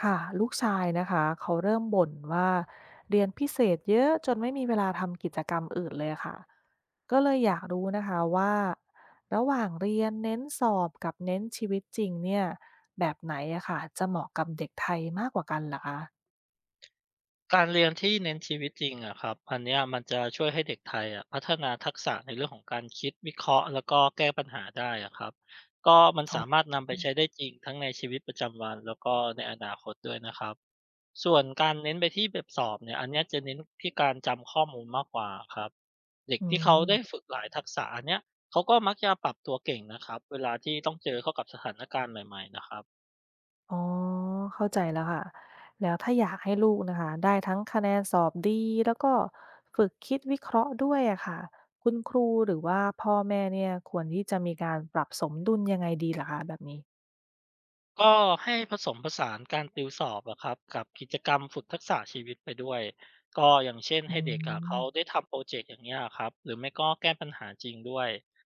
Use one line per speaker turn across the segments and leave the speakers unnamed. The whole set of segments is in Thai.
ค่ะลูกชายนะคะเขาเริ่มบ่นว่าเรียนพิเศษเยอะจนไม่มีเวลาทำกิจกรรมอื่นเลยค่ะก็เลยอยากรู้นะคะว่าระหว่างเรียนเน้นสอบกับเน้นชีวิตจริงเนี่ยแบบไหนอะค่ะจะเหมาะกับเด็กไทยมากกว่ากันเหรอคะ
การเรียนที่เน้นชีวิตจริงอะครับอันเนี้ยมันจะช่วยให้เด็กไทยอะพัฒนาทักษะในเรื่องของการคิดวิเคราะห์แล้วก็แก้ปัญหาได้อะครับก็มัน
อ๋
สามาร
อ
ถนำไปใช้ได้จริงทั้งในชีวิตประจำวันแล้วก็ในอนาคตด้วยนะครับส่วนการเน้นไปที่แบบสอบเนี่ยอันเนี้ยจะเน้นที่การจำข้อมูลมากกว่าครับเด็ก
อื
ที่เขา
ม
ได้ฝึกหลายทักษะอันเนี้ยเขาก็มักจะปรับตัวเก่งนะครับเวลาที่ต้องเจอเข้ากับสถานการณ์ใหม่ๆนะครับ
อ๋อเข้าใจแล้วค่ะแล้วถ้าอยากให้ลูกนะคะได้ทั้งคะแนนสอบดีแล้วก็ฝึกคิดวิเคราะห์ด้วยอะค่ะคุณครูหรือว่าพ่อแม่เนี่ยควรที่จะมีการปรับสมดุลยังไงดีล่ะคะแบบนี้
ก็ให้ผสมผสานการติวสอบอะครับกับกิจกรรมฝึกทักษะชีวิตไปด้วยก็อย่างเช่น
อื
ให้เด็กอะเขาได้
ม
ทำโปรเจกต์อย่างเงี้ยครับหรือไม่ก็แก้ปัญหาจริงด้วย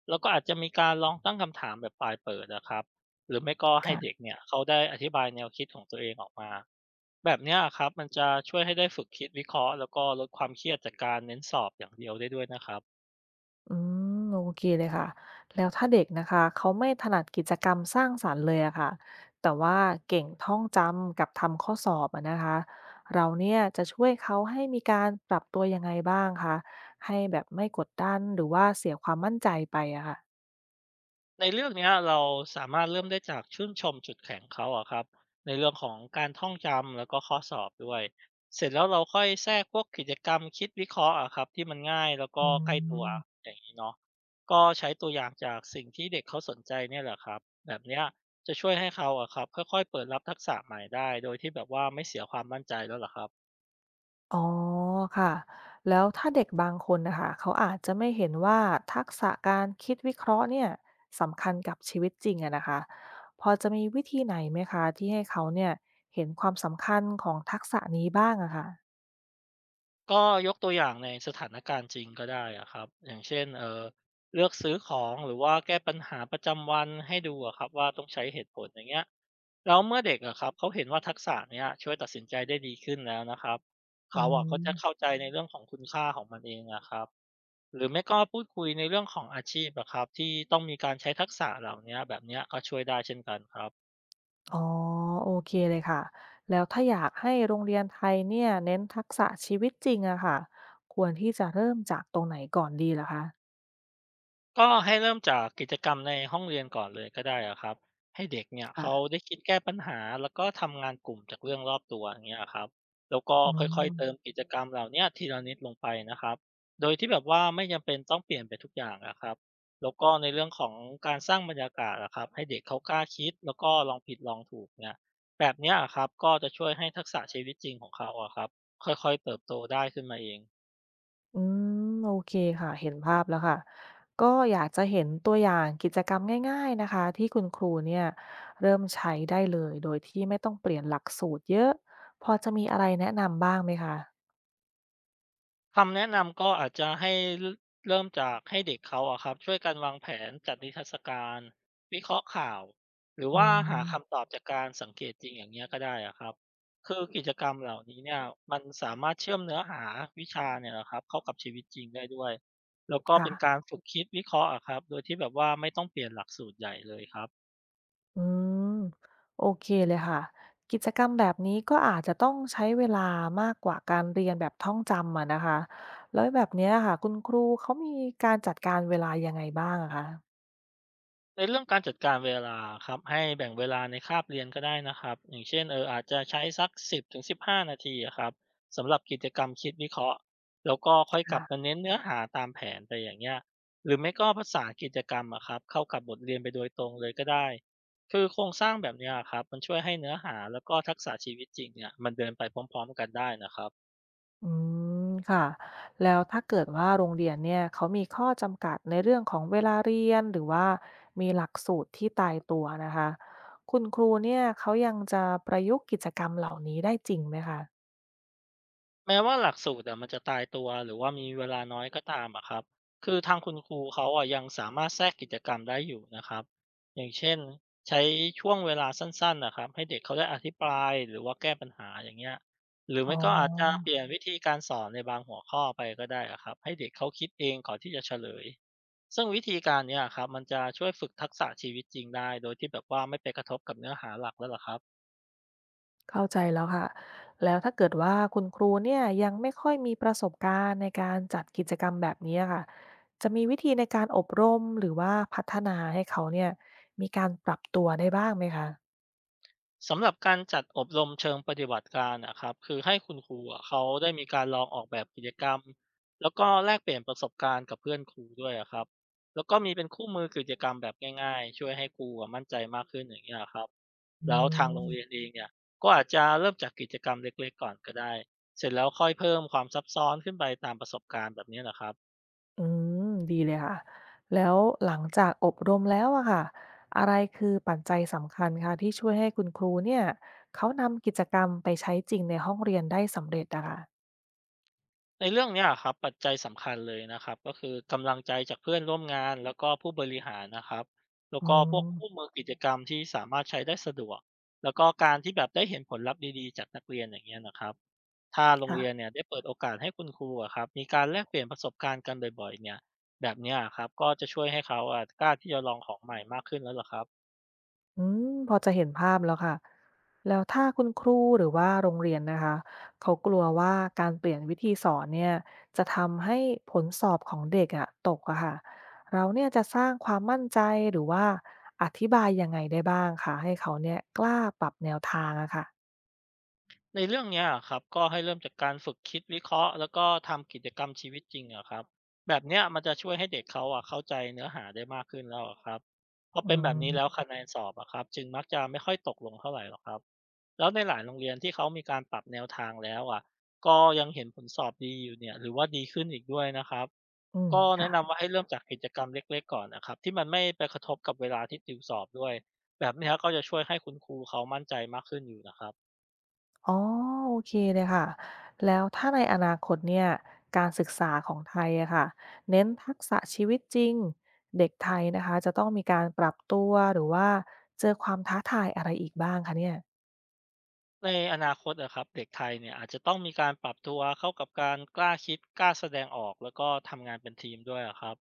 แล้วก็อาจจะมีการลองตั้งคำถามแบบปลายเปิดนะครับหรือไม่ก็ให้เด็ก
ค่ะ
เนี่ยเขาได้อธิบายแนวคิดของตัวเองออกมาแบบเนี้ยครับมันจะช่วยให้ได้ฝึกคิดวิเคราะห์แล้วก็ลดความเครียดจากการเน้นสอบอย่างเดียวได้ด้วยนะครับ
อืมโอเคเลยค่ะแล้วถ้าเด็กนะคะเขาไม่ถนัดกิจกรรมสร้างสรรค์เลยอะค่ะแต่ว่าเก่งท่องจำกับทำข้อสอบอะนะคะเราเนี่ยจะช่วยเขาให้มีการปรับตัวยังไงบ้างคะให้แบบไม่กดดันหรือว่าเสียความมั่นใจไปอะค่ะ
ในเรื่องเนี้ยเราสามารถเริ่มได้จากชื่นชมจุดแข็งเขาอะครับในเรื่องของการท่องจำแล้วก็ข้อสอบด้วยเสร็จแล้วเราค่อยแทรกพวกกิจกรรมคิดวิเคราะห์อะครับที่มันง่ายแล้วก็
อืม
ใกล้ตัวอย่างนี้เนาะก็ใช้ตัวอย่างจากสิ่งที่เด็กเขาสนใจเนี่ยแหละครับแบบเนี้ยจะช่วยให้เขาอะครับค่อยๆเปิดรับทักษะใหม่ได้โดยที่แบบว่าไม่เสียความมั่นใจแล้วเหรอครับ
อ๋อค่ะแล้วถ้าเด็กบางคนนะคะเขาอาจจะไม่เห็นว่าทักษะการคิดวิเคราะห์เนี่ยสำคัญกับชีวิตจริงอะนะคะพอจะมีวิธีไหนไหมคะที่ให้เขาเนี่ยเห็นความสำคัญของทักษะนี้บ้างอะค่ะ
ก็ยกตัวอย่างในสถานการณ์จริงก็ได้อะครับอย่างเช่นเลือกซื้อของหรือว่าแก้ปัญหาประจำวันให้ดูอะครับว่าต้องใช้เหตุผลอย่างเงี้ยแล้วเมื่อเด็กอะครับเขาเห็นว่าทักษะเนี้ยช่วยตัดสินใจได้ดีขึ้นแล้วนะครับ
อื
เขาอะ
ม
ก็จะเข้าใจในเรื่องของคุณค่าของมันเองอะครับหรือไม่ก็พูดคุยในเรื่องของอาชีพอะครับที่ต้องมีการใช้ทักษะเหล่านี้แบบเนี้ยก็ช่วยได้เช่นกันครับ
อ๋อโอเคเลยค่ะแล้วถ้าอยากให้โรงเรียนไทยเนี่ยเน้นทักษะชีวิตจริงอะค่ะควรที่จะเริ่มจากตรงไหนก่อนดีล่ะคะ
ก็ให้เริ่มจากกิจกรรมในห้องเรียนก่อนเลยก็ได้อะครับให้เด็กเนี่ยเขา
ค่ะ
ได้คิดแก้ปัญหาแล้วก็ทำงานกลุ่มจากเรื่องรอบตัวอย่างเงี้ยครับแล้วก็
อื
ค่อยๆเติม
ม
กิจกรรมเหล่าเนี้ยทีละนิดลงไปนะครับโดยที่แบบว่าไม่จำเป็นต้องเปลี่ยนไปทุกอย่างนะครับแล้วก็ในเรื่องของการสร้างบรรยากาศอะครับให้เด็กเขากล้าคิดแล้วก็ลองผิดลองถูกเนี่ยแบบเนี้ยอะครับก็จะช่วยให้ทักษะชีวิตจริงของเขาอะครับค่อยๆเติบโตได้ขึ้นมาเอง
อืมโอเคค่ะเห็นภาพแล้วค่ะก็อยากจะเห็นตัวอย่างกิจกรรมง่ายๆนะคะที่คุณครูเนี่ยเริ่มใช้ได้เลยโดยที่ไม่ต้องเปลี่ยนหลักสูตรเยอะพอจะมีอะไรแนะนำบ้างไหมคะ
คำแนะนำก็อาจจะให้เริ่มจากให้เด็กเขาอะครับช่วยกันวางแผนจัดนิทรรศการวิเคราะห์ข่าวหรือ
อื
ว่าหาคำ
ม
ตอบจากการสังเกตจริงอย่างเงี้ยก็ได้อะครับคือกิจกรรมเหล่านี้เนี่ยมันสามารถเชื่อมเนื้อหาวิชาเนี่ยละครับเข้ากับชีวิตจริงได้ด้วยแล้วก็
ค่ะ
เป็นการฝึกคิดวิเคราะห์อะครับโดยที่แบบว่าไม่ต้องเปลี่ยนหลักสูตรใหญ่เลยครับ
อืมโอเคเลยค่ะกิจกรรมแบบนี้ก็อาจจะต้องใช้เวลามากกว่าการเรียนแบบท่องจำอะนะคะแล้วแบบเนี้ยค่ะคุณครูเขามีการจัดการเวลายังไงบ้างอะคะ
ในเรื่องการจัดการเวลาครับให้แบ่งเวลาในคาบเรียนก็ได้นะครับอย่างเช่นอาจจะใช้สัก10ถึง15นาทีอะครับสำหรับกิจกรรมคิดวิเคราะห์แล้วก็ค่อยกลับมา
ค่ะ
เน้นเนื้อหาตามแผนไปอย่างเงี้ยหรือไม่ก็ภาษากิจกรรมอะครับเข้ากับบทเรียนไปโดยตรงเลยก็ได้คือโครงสร้างแบบเนี้ยครับมันช่วยให้เนื้อหาแล้วก็ทักษะชีวิตจริงเนี่ยมันเดินไปพร้อมๆกันได้นะครับ
อืมค่ะแล้วถ้าเกิดว่าโรงเรียนเนี่ยเขามีข้อจำกัดในเรื่องของเวลาเรียนหรือว่ามีหลักสูตรที่ตายตัวนะคะคุณครูเนี่ยเขายังจะประยุกต์กิจกรรมเหล่านี้ได้จริงไหมคะ
แม้ว่าหลักสูตรอะมันจะตายตัวหรือว่ามีเวลาน้อยก็ตามอะครับคือทางคุณครูเขาอะยังสามารถแทรกกิจกรรมได้อยู่นะครับอย่างเช่นใช้ช่วงเวลาสั้นๆนะครับให้เด็กเขาได้อธิบายหรือว่าแก้ปัญหาอย่างเงี้ยหรือ
อ๋
ไม่ก็อาจจะเป
อ
ลี่ยนวิธีการสอนในบางหัวข้อไปก็ได้อะครับให้เด็กเขาคิดเองก่อนที่จะเฉลยซึ่งวิธีการเนี้ยอะครับมันจะช่วยฝึกทักษะชีวิตจริงได้โดยที่แบบว่าไม่ไปกระทบกับเนื้อหาหลักแล้วลหครับ
เข้าใจแล้วค่ะแล้วถ้าเกิดว่าคุณครูเนี่ยยังไม่ค่อยมีประสบการณ์ในการจัดกิจกรรมแบบนี้ค่ะจะมีวิธีในการอบรมหรือว่าพัฒนาให้เขาเนี่ยมีการปรับตัวได้บ้างไหมคะ
สำหรับการจัดอบรมเชิงปฏิบัติการอะครับคือให้คุณครูอะเขาได้มีการลองออกแบบกิจกรรมแล้วก็แลกเปลี่ยนประสบการณ์กับเพื่อนครูด้วยอะครับแล้วก็มีเป็นคู่มือกิจกรรมแบบง่ายๆช่วยให้ครูอะมั่นใจมากขึ้นอย่างเงี้ยครับ
อื
แล้วทางโรงเรียน
ม
เองเนี่ยก็อาจจะเริ่มจากกิจกรรมเล็กๆก่อนก็ได้เสร็จแล้วค่อยเพิ่มความซับซ้อนขึ้นไปตามประสบการณ์แบบนี้นะครับ
อืมดีเลยค่ะแล้วหลังจากอบรมแล้วอะค่ะอะไรคือปัจจัยสำคัญคะที่ช่วยให้คุณครูเนี่ยเขานำกิจกรรมไปใช้จริงในห้องเรียนได้สำเร็จอะค่ะ
ในเรื่องเนี้ยอะครับปัจจัยสำคัญเลยนะครับก็คือกำลังใจจากเพื่อนร่วมงานแล้วก็ผู้บริหารนะครับแล้ว
อื
ก็พวก
ม
คู่มือกิจกรรมที่สามารถใช้ได้สะดวกแล้วก็การที่แบบได้เห็นผลลัพธ์ดีๆจากนักเรียนอย่างเงี้ยนะครับถ้าโรง
ค่ะ
เรียนเนี่ยได้เปิดโอกาสให้คุณครูอะครับมีการแลกเปลี่ยนประสบการณ์กันบ่อยๆเนี่ยแบบเนี้ยครับก็จะช่วยให้เขาอะกล้าที่จะลองของใหม่มากขึ้นแล้วล่ะครับ
อืมพอจะเห็นภาพแล้วค่ะ แล้วถ้าคุณครูหรือว่าโรงเรียนนะคะ เขากลัวว่าการเปลี่ยนวิธีสอนเนี่ยจะทำให้ผลสอบของเด็กอะตกอะค่ะเราเนี่ยจะสร้างความมั่นใจหรือว่าอธิบายยังไงได้บ้างคะให้เขาเนี่ยกล้าปรับแนวทางอะค่ะ
ในเรื่องเนี้ยอะครับก็ให้เริ่มจากการฝึกคิดวิเคราะห์แล้วก็ทำกิจกรรมชีวิตจริงอะครับแบบเนี้ยมันจะช่วยให้เด็กเขาอะเข้าใจเนื้อหาได้มากขึ้นแล้วอะครับพอ
อื
เป็นแบบนี้แล้ว
ม
คะแนนสอบอะครับจึงมักจะไม่ค่อยตกลงเท่าไหร่หรอกครับแล้วในหลายโรงเรียนที่เขามีการปรับแนวทางแล้วอะก็ยังเห็นผลสอบดีอยู่เนี่ยหรือว่าดีขึ้นอีกด้วยนะครับ
อืม
ก็
ค่ะ
แนะนำว่าให้เริ่มจากกิจกรรมเล็กๆก่อนนะครับที่มันไม่ไปกระทบกับเวลาที่ติวสอบด้วยแบบเนี้ยก็จะช่วยให้คุณครูเขามั่นใจมากขึ้นอยู่นะครับ
อ๋อโอเคเลยค่ะแล้วถ้าในอนาคตเนี่ยการศึกษาของไทยอะค่ะเน้นทักษะชีวิตจริงเด็กไทยนะคะจะต้องมีการปรับตัวหรือว่าเจอความท้าทายอะไรอีกบ้างคะเนี่ย
ในอนาคตนะครับเด็กไทยเนี่ยอาจจะต้องมีการปรับตัวเข้ากับการกล้าคิดกล้าแสดงออกแล้วก็ทำงานเป็นทีมด้วยอะครับ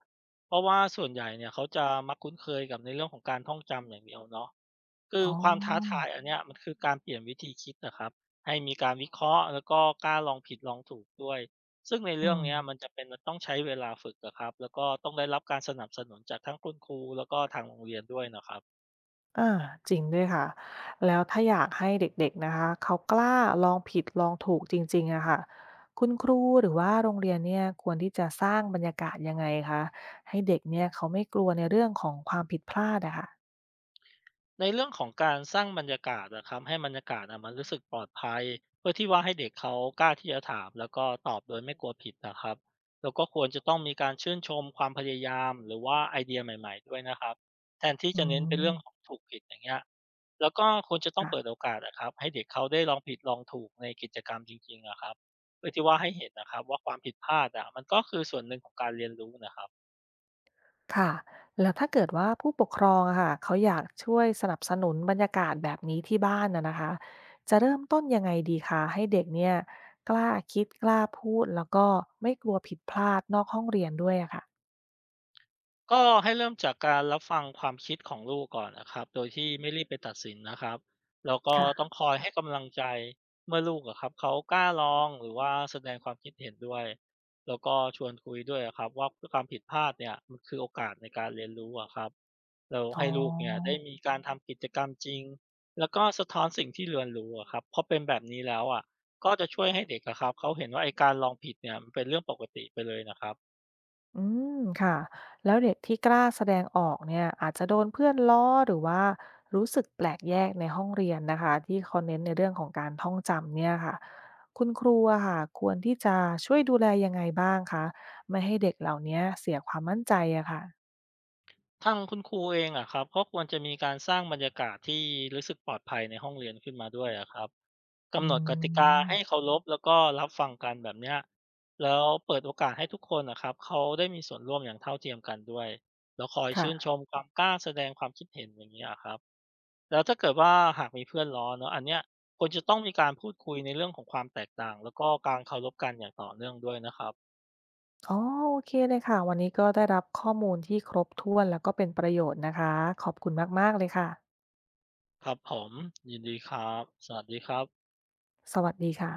เพราะว่าส่วนใหญ่เนี่ยเขาจะมักคุ้นเคยกับในเรื่องของการท่องจำอย่างเดียวเนาะคือ
อ๋
ความท้าทา
อ
ยอันเนี้ยมันคือการเปลี่ยนวิธีคิดนะครับให้มีการวิเคราะห์แล้วก็กล้าลองผิดลองถูกด้วยซึ่งใน
อื
เรื่องเนี้ยมัน
ม
จะเป็นต้องใช้เวลาฝึกอะครับแล้วก็ต้องได้รับการสนับสนุนจากทั้งคุณครูแล้วก็ทางโรงเรียนด้วยนะครับ
อาจริงด้วยค่ะแล้วถ้าอยากให้เด็กๆนะคะเขากล้าลองผิดลองถูกจริงๆอะค่ะคุณครูหรือว่าโรงเรียนเนี่ยควรที่จะสร้างบรรยากาศยังไงคะให้เด็กเนี่ยเขาไม่กลัวในเรื่องของความผิดพลาดอะค่ะ
ในเรื่องของการสร้างบรรยากาศนะครับให้บรรยากาศอะมันรู้สึกปลอดภัยเพื่อที่ว่าให้เด็กเขากล้าที่จะถามแล้วก็ตอบโดยไม่กลัวผิดนะครับแล้วก็ควรจะต้องมีการชื่นชมความพยายามหรือว่าไอเดียใหม่ๆด้วยนะครับแทนที่
อื
จะเน้นเป็นเรื่
ม
องของถูกผิดอย่างเงี้ยแล้วก็ควรจะต้องเปิด
ค่ะ
โอกาสนะครับให้เด็กเขาได้ลองผิดลองถูกในกิจกรรมจริงๆนะครับเพื่อที่ว่าให้เห็นนะครับว่าความผิดพลาดอะมันก็คือส่วนหนึ่งของการเรียนรู้นะครับ
ค่ะ แล้วถ้าเกิดว่าผู้ปกครองอะค่ะเขาอยากช่วยสนับสนุนบรรยากาศแบบนี้ที่บ้านนะคะ จะเริ่มต้นยังไงดีคะให้เด็กเนี่ยกล้าคิดกล้าพูดแล้วก็ไม่กลัวผิดพลาดนอกห้องเรียนด้วยอะค่ะ
ก็ให้เริ่มจากการรับฟังความคิดของลูกก่อนนะครับโดยที่ไม่รีบไปตัดสินนะครับแล้วก็ต้อง
ค่ะ
คอยให้กำลังใจเมื่อลูกอะครับเขากล้าลองหรือว่าแสดงความคิดเห็นด้วยแล้วก็ชวนคุยด้วยอะครับว่าความผิดพลาดเนี่ยมันคือโอกาสในการเรียนรู้อะครับเรา
อ๋อ
ให้ลูกเนี่ยได้มีการทำกิจกรรมจริงแล้วก็สะท้อนสิ่งที่เรียนรู้อะครับเพราะเป็นแบบนี้แล้วอ่ะก็จะช่วยให้เด็กอะครับเขาเห็นว่าไอการลองผิดเนี่ยมันเป็นเรื่องปกติไปเลยนะครับ
อืมค่ะแล้วเด็กที่กล้าแสดงออกเนี่ยอาจจะโดนเพื่อนล้อหรือว่ารู้สึกแปลกแยกในห้องเรียนนะคะที่เขาเน้นในเรื่องของการท่องจำเนี่ยค่ะคุณครูอะค่ะควรที่จะช่วยดูแลยังไงบ้างคะไม่ให้เด็กเหล่านี้เสียความมั่นใจอะค่ะ
ทางคุณครูเองอะครับก็ควรจะมีการสร้างบรรยากาศที่รู้สึกปลอดภัยในห้องเรียนขึ้นมาด้วยอะครับ
อื
กำหนดกติกาให้
ม
เคารพแล้วก็รับฟังกันแบบเนี้ยแล้วเปิดโอกาสให้ทุกคนนะครับเขาได้มีส่วนร่วมอย่างเท่าเทียมกันด้วยแล้วคอย
ค่ะ
ชื่นชมความกล้าแสดงความคิดเห็นอย่างนี้ยะครับแล้วถ้าเกิดว่าหากมีเพื่อนล้อเนาะอันเนี้ยควรจะต้องมีการพูดคุยในเรื่องของความแตกต่างแล้วก็การเคารพกันอย่างต่อเนื่องด้วยนะครับ
อ๋อโอเคเลยค่ะวันนี้ก็ได้รับข้อมูลที่ครบถ้วนแล้วก็เป็นประโยชน์นะคะขอบคุณมากๆเลยค่ะ
ครับผมยินดีครับสวัสดีครับ
สวัสดีค่ะ